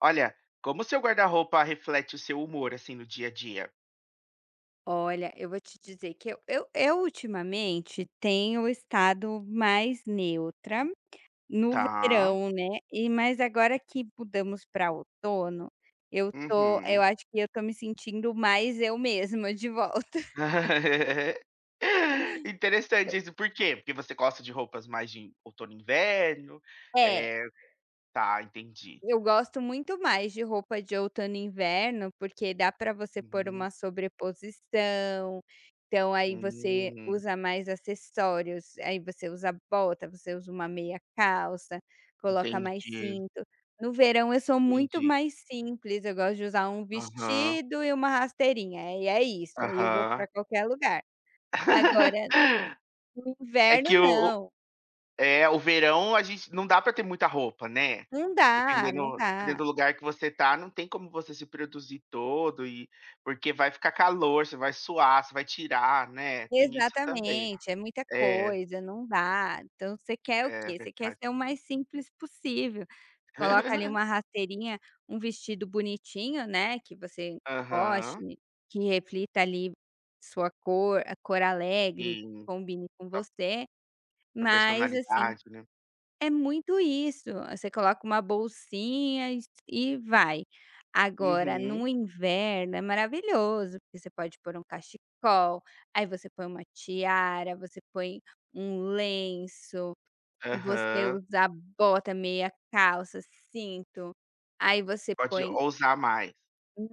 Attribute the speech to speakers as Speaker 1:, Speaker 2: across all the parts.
Speaker 1: Olha, como seu guarda-roupa reflete o seu humor, assim, no dia a dia?
Speaker 2: Olha, eu vou te dizer que eu ultimamente tenho estado mais neutra no
Speaker 1: Tá.
Speaker 2: verão, né, mas agora que mudamos para outono, eu
Speaker 1: Uhum.
Speaker 2: acho que eu tô me sentindo mais eu mesma de volta.
Speaker 1: Interessante isso. Por quê? Porque você gosta de roupas mais de outono e inverno?
Speaker 2: É.
Speaker 1: É, tá, entendi.
Speaker 2: Eu gosto muito mais de roupa de outono e inverno, porque dá para você pôr
Speaker 1: Uhum.
Speaker 2: uma sobreposição, então aí você
Speaker 1: Hum,
Speaker 2: usa mais acessórios, aí você usa bota, você usa uma meia calça, coloca mais
Speaker 1: entendi,
Speaker 2: cinto. No verão eu sou muito
Speaker 1: entendi.
Speaker 2: mais simples, eu gosto de usar um
Speaker 1: Aham,
Speaker 2: vestido e uma rasteirinha, e é isso, aí eu vou para
Speaker 1: aham.
Speaker 2: qualquer lugar. Agora, no
Speaker 1: É
Speaker 2: inverno
Speaker 1: que o
Speaker 2: não,
Speaker 1: É, o verão a gente não dá para ter muita roupa, né.
Speaker 2: não dá,
Speaker 1: Dependendo
Speaker 2: não dá.
Speaker 1: dependendo do lugar que você tá, não tem como você se produzir todo e porque vai ficar calor, você vai suar, você vai tirar, né, tem isso também.
Speaker 2: Exatamente, é muita
Speaker 1: É,
Speaker 2: coisa, não dá. Então você quer o
Speaker 1: é
Speaker 2: quê? Você quer
Speaker 1: verdade.
Speaker 2: ser o mais simples possível. Coloca ali uma rasteirinha, um vestido bonitinho, né, que você
Speaker 1: Aham,
Speaker 2: goste, que reflita ali sua cor, a cor alegre, que
Speaker 1: sim,
Speaker 2: combine com
Speaker 1: a
Speaker 2: você,
Speaker 1: da
Speaker 2: mas assim
Speaker 1: personalidade, né.
Speaker 2: é muito isso, você coloca uma bolsinha e vai. Agora
Speaker 1: Uhum,
Speaker 2: no inverno é maravilhoso, porque você pode pôr um cachecol, aí você põe uma tiara, você põe um lenço, você
Speaker 1: aham.
Speaker 2: usa bota, meia calça, cinto, aí você
Speaker 1: Pode
Speaker 2: põe
Speaker 1: ousar mais.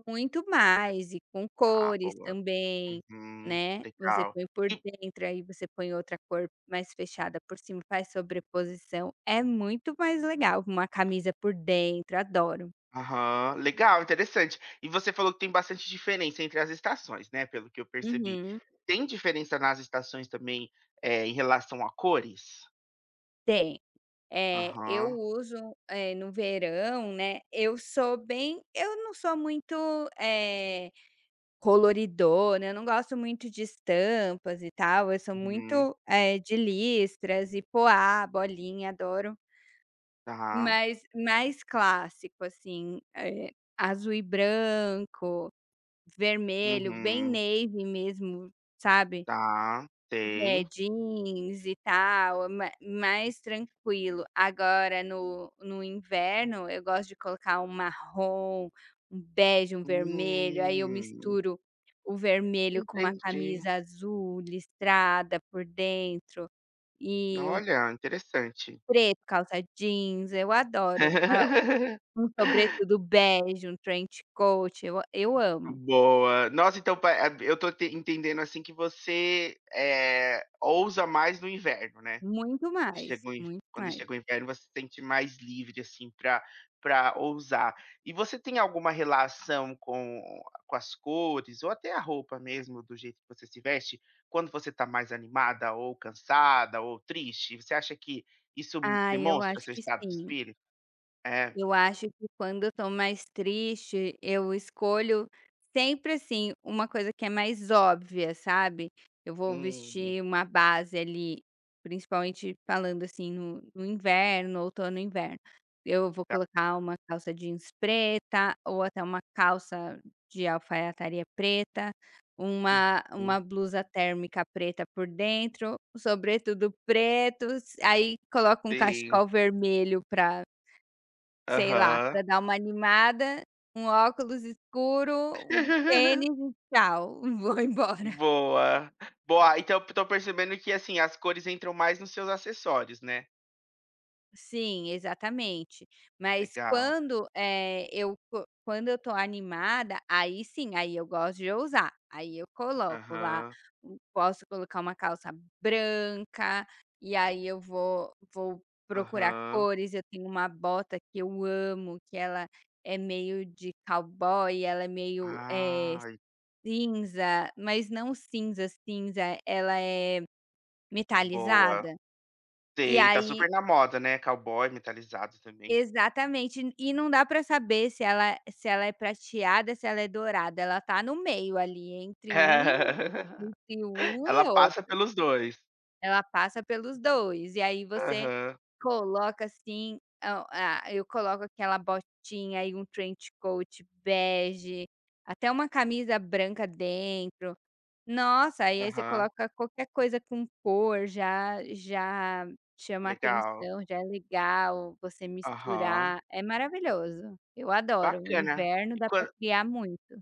Speaker 2: muito mais, e com
Speaker 1: Tá,
Speaker 2: cores
Speaker 1: boa.
Speaker 2: também,
Speaker 1: Uhum,
Speaker 2: né. Você
Speaker 1: legal.
Speaker 2: põe por dentro, aí você põe outra cor mais fechada por cima, faz sobreposição, é muito mais legal, uma camisa por dentro, adoro.
Speaker 1: Aham, legal, interessante. E você falou que tem bastante diferença entre as estações, né, pelo que eu percebi.
Speaker 2: Uhum,
Speaker 1: Tem diferença nas estações também, em relação a cores?
Speaker 2: tem. É, eu
Speaker 1: Aham,
Speaker 2: uso, no verão, né, eu não sou muito, eh, coloridona, eu não gosto muito de estampas e tal, eu sou
Speaker 1: uhum,
Speaker 2: muito, de listras e poá, bolinha, adoro.
Speaker 1: tá,
Speaker 2: Mas mais clássico, assim, azul e branco, vermelho, bem
Speaker 1: uhum,
Speaker 2: navy mesmo, sabe,
Speaker 1: tá, sei.
Speaker 2: jeans e tal, é ma mais tranquilo. Agora no inverno eu gosto de colocar um marrom, um bege, um vermelho, aí eu
Speaker 1: Hum,
Speaker 2: misturo o vermelho com uma
Speaker 1: entendi.
Speaker 2: camisa azul listrada por dentro e um
Speaker 1: Olha, interessante.
Speaker 2: preto, calça jeans, eu adoro. Ah, um sobretudo bege, um trench coat, eu amo,
Speaker 1: Boa. Nossa, então eu tô te entendendo, assim, que você, ousa mais no inverno, né?
Speaker 2: muito
Speaker 1: Quando
Speaker 2: mais,
Speaker 1: chega o in
Speaker 2: muito
Speaker 1: Quando
Speaker 2: mais.
Speaker 1: chega o inverno, você se sente mais livre, assim, para ousar. E você tem alguma relação com as cores ou até a roupa mesmo, do jeito que você se veste, quando você está mais animada ou cansada ou triste? Você acha que isso
Speaker 2: Ah, eu
Speaker 1: demonstra
Speaker 2: acho
Speaker 1: seu
Speaker 2: que
Speaker 1: estado de
Speaker 2: sim.
Speaker 1: espírito? É.
Speaker 2: Eu acho que quando eu tô mais triste, eu escolho sempre, assim, uma coisa que é mais óbvia, sabe. Eu vou
Speaker 1: Hum,
Speaker 2: vestir uma base ali, principalmente falando, assim, no inverno, outono e inverno. Eu vou
Speaker 1: tá.
Speaker 2: colocar uma calça jeans preta ou até uma calça de alfaiataria preta, uma
Speaker 1: Uhum.
Speaker 2: uma blusa térmica preta por dentro, um sobretudo preto, aí coloco um
Speaker 1: Sim.
Speaker 2: cachecol vermelho para Sei lá,
Speaker 1: Aham.
Speaker 2: para dar uma animada, um óculos escuro, um tênis e tchau, vou embora.
Speaker 1: Boa. Boa, então eu tô percebendo que, assim, as cores entram mais nos seus acessórios, né?
Speaker 2: Sim, exatamente. Mas
Speaker 1: Legal.
Speaker 2: quando, eu co quando eu tô animada, aí sim, aí eu gosto de ousar. Aí eu coloco lá
Speaker 1: Aham,
Speaker 2: posso colocar uma calça branca, e aí eu vou procurar
Speaker 1: aham.
Speaker 2: cores. Eu tenho uma bota que eu amo, que ela é meio de cowboy, ela é meio,
Speaker 1: Ai,
Speaker 2: cinza, mas não cinza, cinza, ela é
Speaker 1: boa.
Speaker 2: metalizada, e
Speaker 1: Sei, tá
Speaker 2: aí
Speaker 1: super na moda, né, cowboy metalizado também.
Speaker 2: exatamente, e não dá pra saber se ela é prateada, se ela é dourada, ela tá no meio ali, entre um
Speaker 1: Ela
Speaker 2: e
Speaker 1: passa
Speaker 2: outro,
Speaker 1: pelos dois.
Speaker 2: ela passa pelos 2 e aí você
Speaker 1: Aham,
Speaker 2: coloca assim, a eu coloco aquela botinha e um trench coat bege, até uma camisa branca dentro. Nossa, aí você
Speaker 1: aham,
Speaker 2: coloca qualquer coisa com cor, já já chama
Speaker 1: legal.
Speaker 2: atenção, já é legal você
Speaker 1: Aham,
Speaker 2: misturar, é maravilhoso. Eu adoro, o
Speaker 1: bacana.
Speaker 2: inverno
Speaker 1: E
Speaker 2: dá pra
Speaker 1: quan
Speaker 2: criar muito.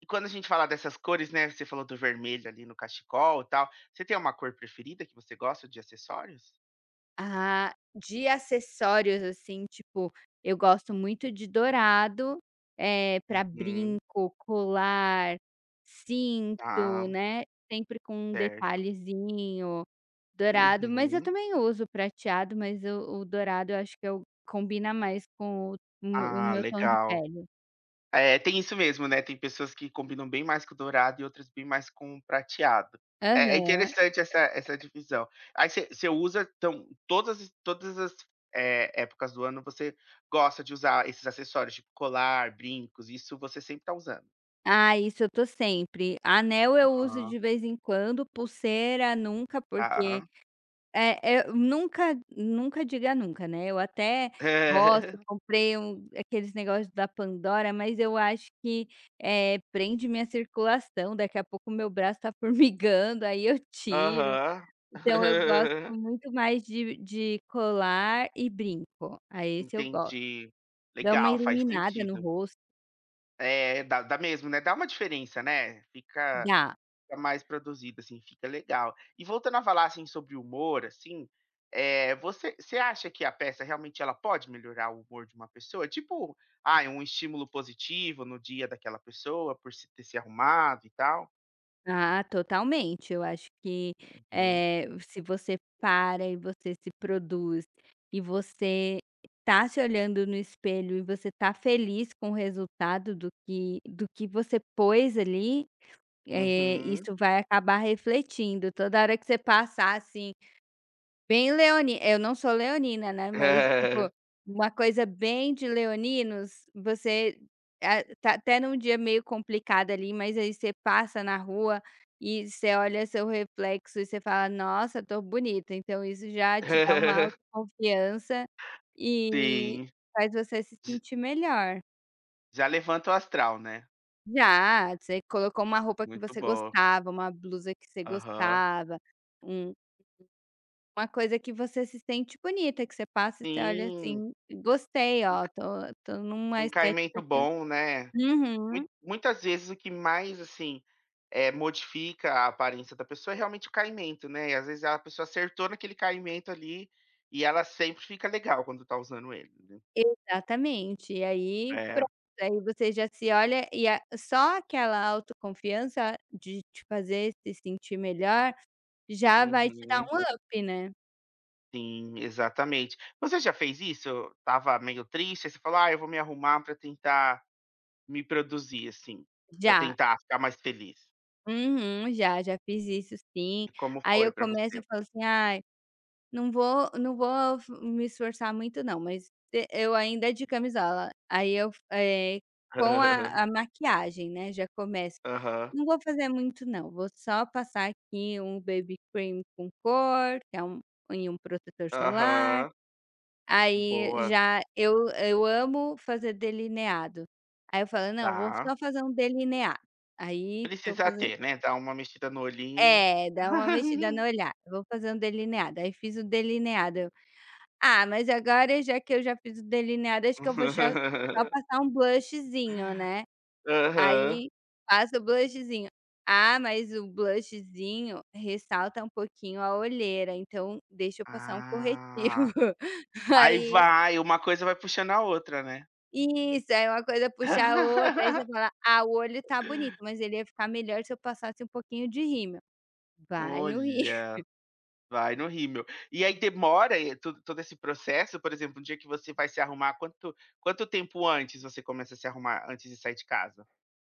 Speaker 1: e quando a gente fala dessas cores, né, você falou do vermelho ali no cachecol e tal, você tem uma cor preferida que você gosta de acessórios?
Speaker 2: Ah, de acessórios, assim, tipo, eu gosto muito de dourado, pra
Speaker 1: Uhum.
Speaker 2: brinco, colar, cinto,
Speaker 1: Ah,
Speaker 2: né, sempre com um
Speaker 1: certo.
Speaker 2: detalhezinho dourado, mas eu
Speaker 1: Uhum.
Speaker 2: também uso prateado, mas o dourado eu acho que eu combina mais com o o meu o
Speaker 1: Ah,
Speaker 2: meu tom de
Speaker 1: legal.
Speaker 2: pele.
Speaker 1: É, tem isso mesmo, né, tem pessoas que combinam bem mais com o dourado e outras bem mais com o prateado. É
Speaker 2: Aham.
Speaker 1: interessante essa divisão. Aí você usa então todas as épocas do ano você gosta de usar esses acessórios, tipo colar, brincos, isso você sempre tá usando?
Speaker 2: Ah, isso eu tô sempre. Anel eu uso
Speaker 1: Aham.
Speaker 2: de vez em quando, pulseira nunca, porque.
Speaker 1: Tá.
Speaker 2: É, eu nunca diga nunca, né, eu até gosto, comprei aqueles negócios da Pandora, mas eu acho que, prende minha circulação, daqui a pouco meu braço tá formigando, aí eu tiro.
Speaker 1: Aham.
Speaker 2: Então eu gosto muito mais de colar e brinco, aí esse eu gosto.
Speaker 1: Entendi.
Speaker 2: Dá uma
Speaker 1: Legal, faz
Speaker 2: iluminada no
Speaker 1: sentido.
Speaker 2: rosto.
Speaker 1: É, dá mesmo, né, dá uma diferença, né, fica
Speaker 2: Dá.
Speaker 1: Fica mais produzido, assim, fica legal. E voltando a falar, assim, sobre o humor, assim, você acha que a peça realmente ela pode melhorar o humor de uma pessoa? Tipo, ai, um estímulo positivo no dia daquela pessoa por se ter se arrumado e tal?
Speaker 2: Ah, totalmente. Eu acho que,
Speaker 1: Uhum.
Speaker 2: se você para e você se produz, e você tá se olhando no espelho e você tá feliz com o resultado do que você pôs ali,
Speaker 1: Uhum.
Speaker 2: isso vai acabar refletindo. Toda hora que você passar assim. Bem leoni Eu não sou leonina, né, mas tipo,
Speaker 1: Hã.
Speaker 2: uma coisa bem de leoninos, você, tá até num dia meio complicado ali, mas aí você passa na rua e você olha seu reflexo e você fala: "Nossa, tô bonita". Então isso já te dá uma autoconfiança e
Speaker 1: Sim.
Speaker 2: faz você se
Speaker 1: J
Speaker 2: sentir melhor.
Speaker 1: Já levanta o astral, né.
Speaker 2: Já, você colocou uma roupa que
Speaker 1: Muito
Speaker 2: você
Speaker 1: bom.
Speaker 2: gostava, uma blusa que você
Speaker 1: Aham.
Speaker 2: gostava, um Uma coisa que você se sente bonita, que você passa e você olha
Speaker 1: Sim,
Speaker 2: assim: "Gostei, ó, tô numa
Speaker 1: um
Speaker 2: estética
Speaker 1: caimento
Speaker 2: que eu".
Speaker 1: bom, né.
Speaker 2: Uhum,
Speaker 1: Muitas vezes o que mais, assim, modifica a aparência da pessoa é realmente o caimento, né, e às vezes a pessoa acertou naquele caimento ali, e ela sempre fica legal quando tá usando ele, né.
Speaker 2: exatamente. E aí
Speaker 1: É.
Speaker 2: pronto, aí você já se olha e a só aquela autoconfiança de te fazer se sentir melhor já vai te dar
Speaker 1: Uhum.
Speaker 2: um up, né.
Speaker 1: Sim, exatamente. Você já fez isso? Estava meio triste, aí você falou: "Ah, eu vou me arrumar pra tentar me produzir, assim, pra
Speaker 2: Já.
Speaker 1: tentar ficar mais feliz".
Speaker 2: Uhum, já, já fiz isso sim.
Speaker 1: E como
Speaker 2: Aí
Speaker 1: foi
Speaker 2: eu
Speaker 1: pra você?
Speaker 2: começo, eu falo assim: "Ai". Não vou não vou f me esforçar muito não, mas e eu ainda é de camisola, aí com a maquiagem, né, já começo.
Speaker 1: Aham.
Speaker 2: Não vou fazer muito não, vou só passar aqui um baby cream com cor, que é um e um protetor solar,
Speaker 1: Aham.
Speaker 2: aí
Speaker 1: Boa.
Speaker 2: já eu amo fazer delineado. Aí eu falo: "Não, vou
Speaker 1: Tá.
Speaker 2: só fazer um delineado". Aí tô
Speaker 1: Precisa
Speaker 2: fazendo
Speaker 1: ter, né, dar uma mexida no olhinho.
Speaker 2: é, Dá uma mexida no olhar, vou fazer um delineado, aí fiz o delineado. Ah, mas agora já que eu já fiz o delineado, acho que eu vou já só passar um blushzinho, né,
Speaker 1: Aham.
Speaker 2: aí passo o blushzinho. Ah, mas o blushzinho ressalta um pouquinho a olheira, então deixa eu passar um
Speaker 1: Ah,
Speaker 2: corretivo.
Speaker 1: aí
Speaker 2: Aí
Speaker 1: vai, uma coisa vai puxando a outra, né.
Speaker 2: isso, aí uma coisa puxa a outra, aí você fala: "Ah, o olho tá bonito, mas ele ia ficar melhor se eu passasse um pouquinho de rímel". Vai no rímel.
Speaker 1: Olha, vai no rímel. E aí demora, to todo esse processo, por exemplo, um dia que você vai se arrumar, quanto tempo antes você começa a se arrumar, antes de sair de casa?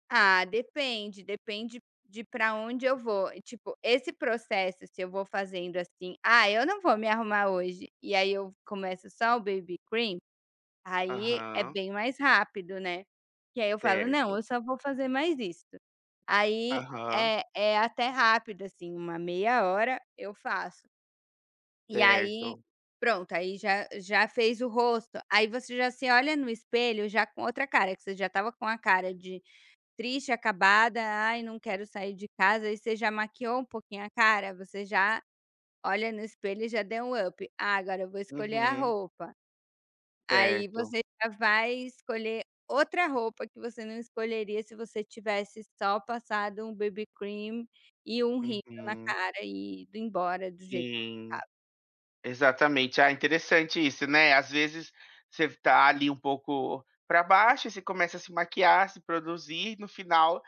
Speaker 2: Ah, depende, depende de para onde eu vou. E, tipo, esse processo, se eu vou fazendo assim: "Ah, eu não vou me arrumar hoje", e aí eu começo só o baby cream, aí é
Speaker 1: Aham,
Speaker 2: bem mais rápido, né. Que aí eu falo: "Não,
Speaker 1: certo.
Speaker 2: eu só vou fazer mais isso". Aí
Speaker 1: Aham,
Speaker 2: é até rápido, assim, uma meia hora eu faço. E aí,
Speaker 1: certo.
Speaker 2: pronto, aí já já fez o rosto, aí você já se olha no espelho já com outra cara, que você já tava com a cara de triste, acabada, "Ai, não quero sair de casa", aí você já maquiou um pouquinho a cara, você já olha no espelho e já deu um up: "Ah, agora eu vou escolher a
Speaker 1: Uhum,
Speaker 2: roupa". Aí
Speaker 1: certo.
Speaker 2: você já vai escolher outra roupa que você não escolheria se você tivesse só passado um BB cream e um rímel na
Speaker 1: Uhum,
Speaker 2: cara e ido embora do jeito
Speaker 1: sim. Exatamente. Ah, interessante isso, né. Às vezes, você tá ali um pouco para baixo, e você começa a se maquiar, se produzir, no final,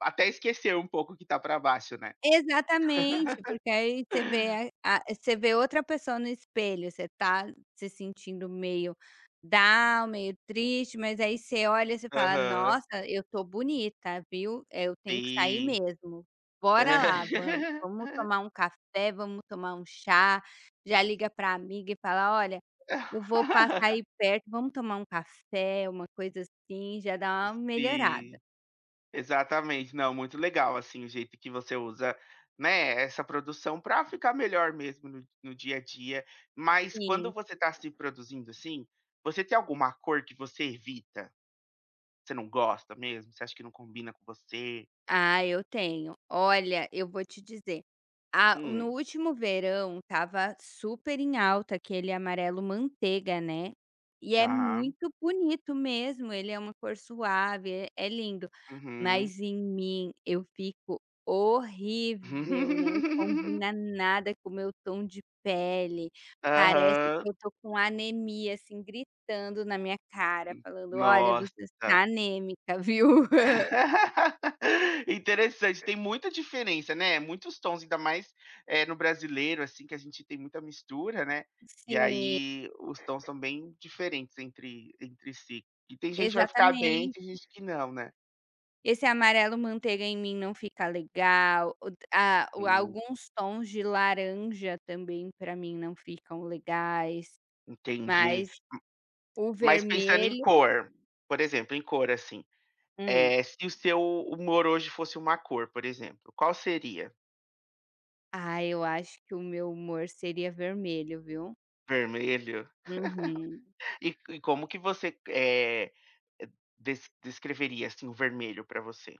Speaker 1: até esqueceu um pouco que tá para baixo, né.
Speaker 2: Exatamente, porque aí você vê a você vê outra pessoa no espelho, você tá se sentindo meio down, meio triste, mas aí você olha e você fala:
Speaker 1: Aham.
Speaker 2: "Nossa, eu tô bonita, viu? Eu tenho que sair
Speaker 1: Sim.
Speaker 2: mesmo. Bora lá, vamos vamos tomar um café, vamos tomar um chá". Já liga pra amiga e fala: "Olha, eu vou passar aí perto, vamos tomar um café", uma coisa assim, já dá uma melhorada.
Speaker 1: Sim, exatamente. Não, muito legal, assim, o jeito que você usa, né, essa produção para ficar melhor mesmo no dia a dia. Mas quando
Speaker 2: Sim.
Speaker 1: você está se produzindo assim, você tem alguma cor que você evita? Você não gosta mesmo? Você acha que não combina com você?
Speaker 2: Ah, eu tenho. Olha, eu vou te dizer, a no
Speaker 1: Hum,
Speaker 2: último verão estava super em alta aquele amarelo manteiga, né, e é
Speaker 1: tá.
Speaker 2: muito bonito mesmo, ele é uma cor suave, é lindo,
Speaker 1: Uhum.
Speaker 2: mas em mim eu fico horrível, não combina nada com o meu tom de pele, parece
Speaker 1: Aham.
Speaker 2: que eu tô com anemia, assim, gritando na minha cara,
Speaker 1: Hum,
Speaker 2: falando: "Olha,
Speaker 1: Nossa.
Speaker 2: você está anêmica, viu".
Speaker 1: Interessante, tem muita diferença, né, muitos tons, ainda mais, no brasileiro, assim, que a gente tem muita mistura, né, e
Speaker 2: Sim.
Speaker 1: aí os tons são bem diferentes entre si. E tem gente que vai ficar bem, tem
Speaker 2: Exatamente.
Speaker 1: gente que não, né.
Speaker 2: Esse amarelo manteiga em mim não fica legal, o a o
Speaker 1: Hum,
Speaker 2: alguns tons de laranja também para mim não ficam legais,
Speaker 1: Entendi.
Speaker 2: mas o
Speaker 1: Mas pensando em
Speaker 2: vermelho
Speaker 1: cor, por exemplo, em cor, assim,
Speaker 2: hum.
Speaker 1: Se o seu humor hoje fosse uma cor, por exemplo, qual seria?
Speaker 2: Ah, eu acho que o meu humor seria vermelho, viu.
Speaker 1: Vermelho?
Speaker 2: Uhum.
Speaker 1: E como que você, descreveria, assim, o vermelho para você?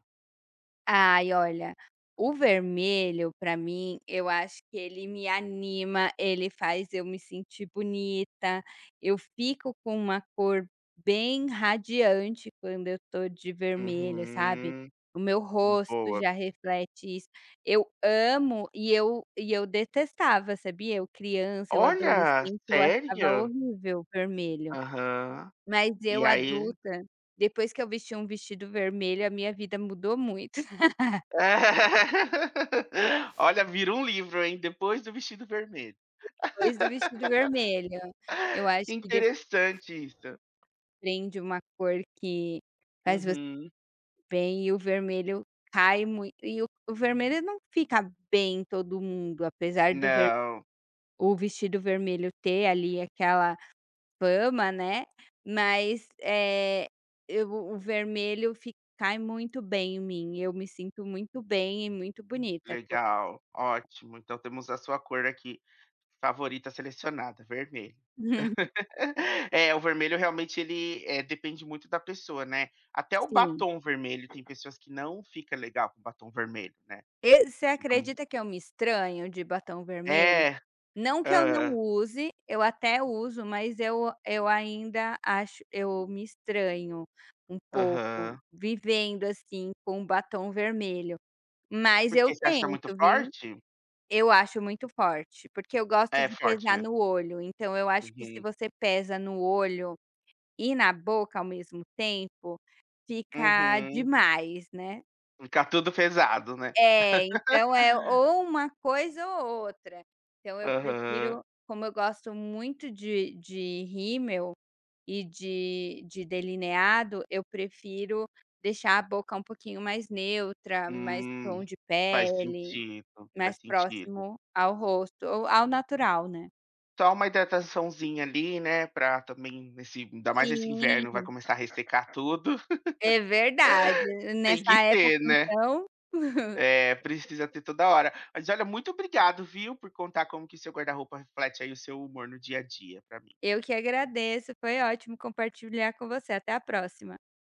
Speaker 2: Ai, olha, o vermelho pra mim, eu acho que ele me anima, ele faz eu me sentir bonita, eu fico com uma cor bem radiante quando eu tô de vermelho, sabe.
Speaker 1: Uhum.
Speaker 2: O meu rosto
Speaker 1: Boa.
Speaker 2: já reflete isso. Eu amo e eu detestava, sabia? Eu criança, eu
Speaker 1: Olha,
Speaker 2: adolescente, eu achava
Speaker 1: sério?
Speaker 2: horrível o vermelho.
Speaker 1: Aham.
Speaker 2: Mas
Speaker 1: E
Speaker 2: eu
Speaker 1: aí.
Speaker 2: adulta, depois que eu vesti um vestido vermelho, a minha vida mudou muito.
Speaker 1: Olha, vira um livro, hein, Depois do Vestido Vermelho.
Speaker 2: Depois do vestido vermelho. Eu acho
Speaker 1: Que
Speaker 2: que de
Speaker 1: interessante isso.
Speaker 2: uma cor que faz você
Speaker 1: Uhum.
Speaker 2: bem e o vermelho cai muito e o vermelho não fica bem em todo mundo, apesar do ver
Speaker 1: Não,
Speaker 2: o vestido vermelho ter ali aquela fama, né, mas, é eu o vermelho fi cai muito bem em mim, eu me sinto muito bem e muito bonita.
Speaker 1: legal, ótimo. Então temos a sua cor aqui. Favorita selecionada, vermelho. É, o vermelho realmente ele, depende muito da pessoa, né. Até o
Speaker 2: Sim.
Speaker 1: batom vermelho tem pessoas que não fica legal com batom vermelho, né.
Speaker 2: E você
Speaker 1: Fica um
Speaker 2: acredita que eu me estranho de batom vermelho?
Speaker 1: É.
Speaker 2: Não que eu não
Speaker 1: Ah.
Speaker 2: use, eu até uso, mas eu ainda acho eu me estranho um pouco
Speaker 1: Aham.
Speaker 2: vivendo, assim, com um batom vermelho. Mas
Speaker 1: Por
Speaker 2: eu
Speaker 1: Você acha muito
Speaker 2: tento, viu.
Speaker 1: forte?
Speaker 2: Eu acho muito forte, porque eu gosto
Speaker 1: É
Speaker 2: de
Speaker 1: forte
Speaker 2: pesar
Speaker 1: mesmo.
Speaker 2: no olho, então eu acho que se
Speaker 1: Uhum.
Speaker 2: você pesa no olho e na boca ao mesmo tempo, fica
Speaker 1: Uhum.
Speaker 2: demais, né.
Speaker 1: Fica tudo pesado, né.
Speaker 2: É, então é ou uma coisa ou outra. Então eu
Speaker 1: Aham.
Speaker 2: prefiro como eu gosto muito de rímel e de delineado, eu prefiro deixar a boca um pouquinho mais neutra, mais
Speaker 1: Hum.
Speaker 2: tom de
Speaker 1: Faz
Speaker 2: pele,
Speaker 1: sentido, faz
Speaker 2: mais
Speaker 1: sentido.
Speaker 2: próximo ao rosto ou ao natural, né.
Speaker 1: Só uma hidrataçãozinha ali, né, pra também nesse ainda mais esse
Speaker 2: Sim,
Speaker 1: inverno vai começar a ressecar tudo,
Speaker 2: é verdade.
Speaker 1: tem
Speaker 2: Nessa
Speaker 1: que
Speaker 2: época
Speaker 1: ter, né.
Speaker 2: então,
Speaker 1: É, precisa ter toda hora. Mas olha, muito obrigado, viu, por contar como que seu guarda-roupa reflete aí o seu humor no dia a dia pra mim.
Speaker 2: eu que agradeço, foi ótimo compartilhar com você. Até a próxima.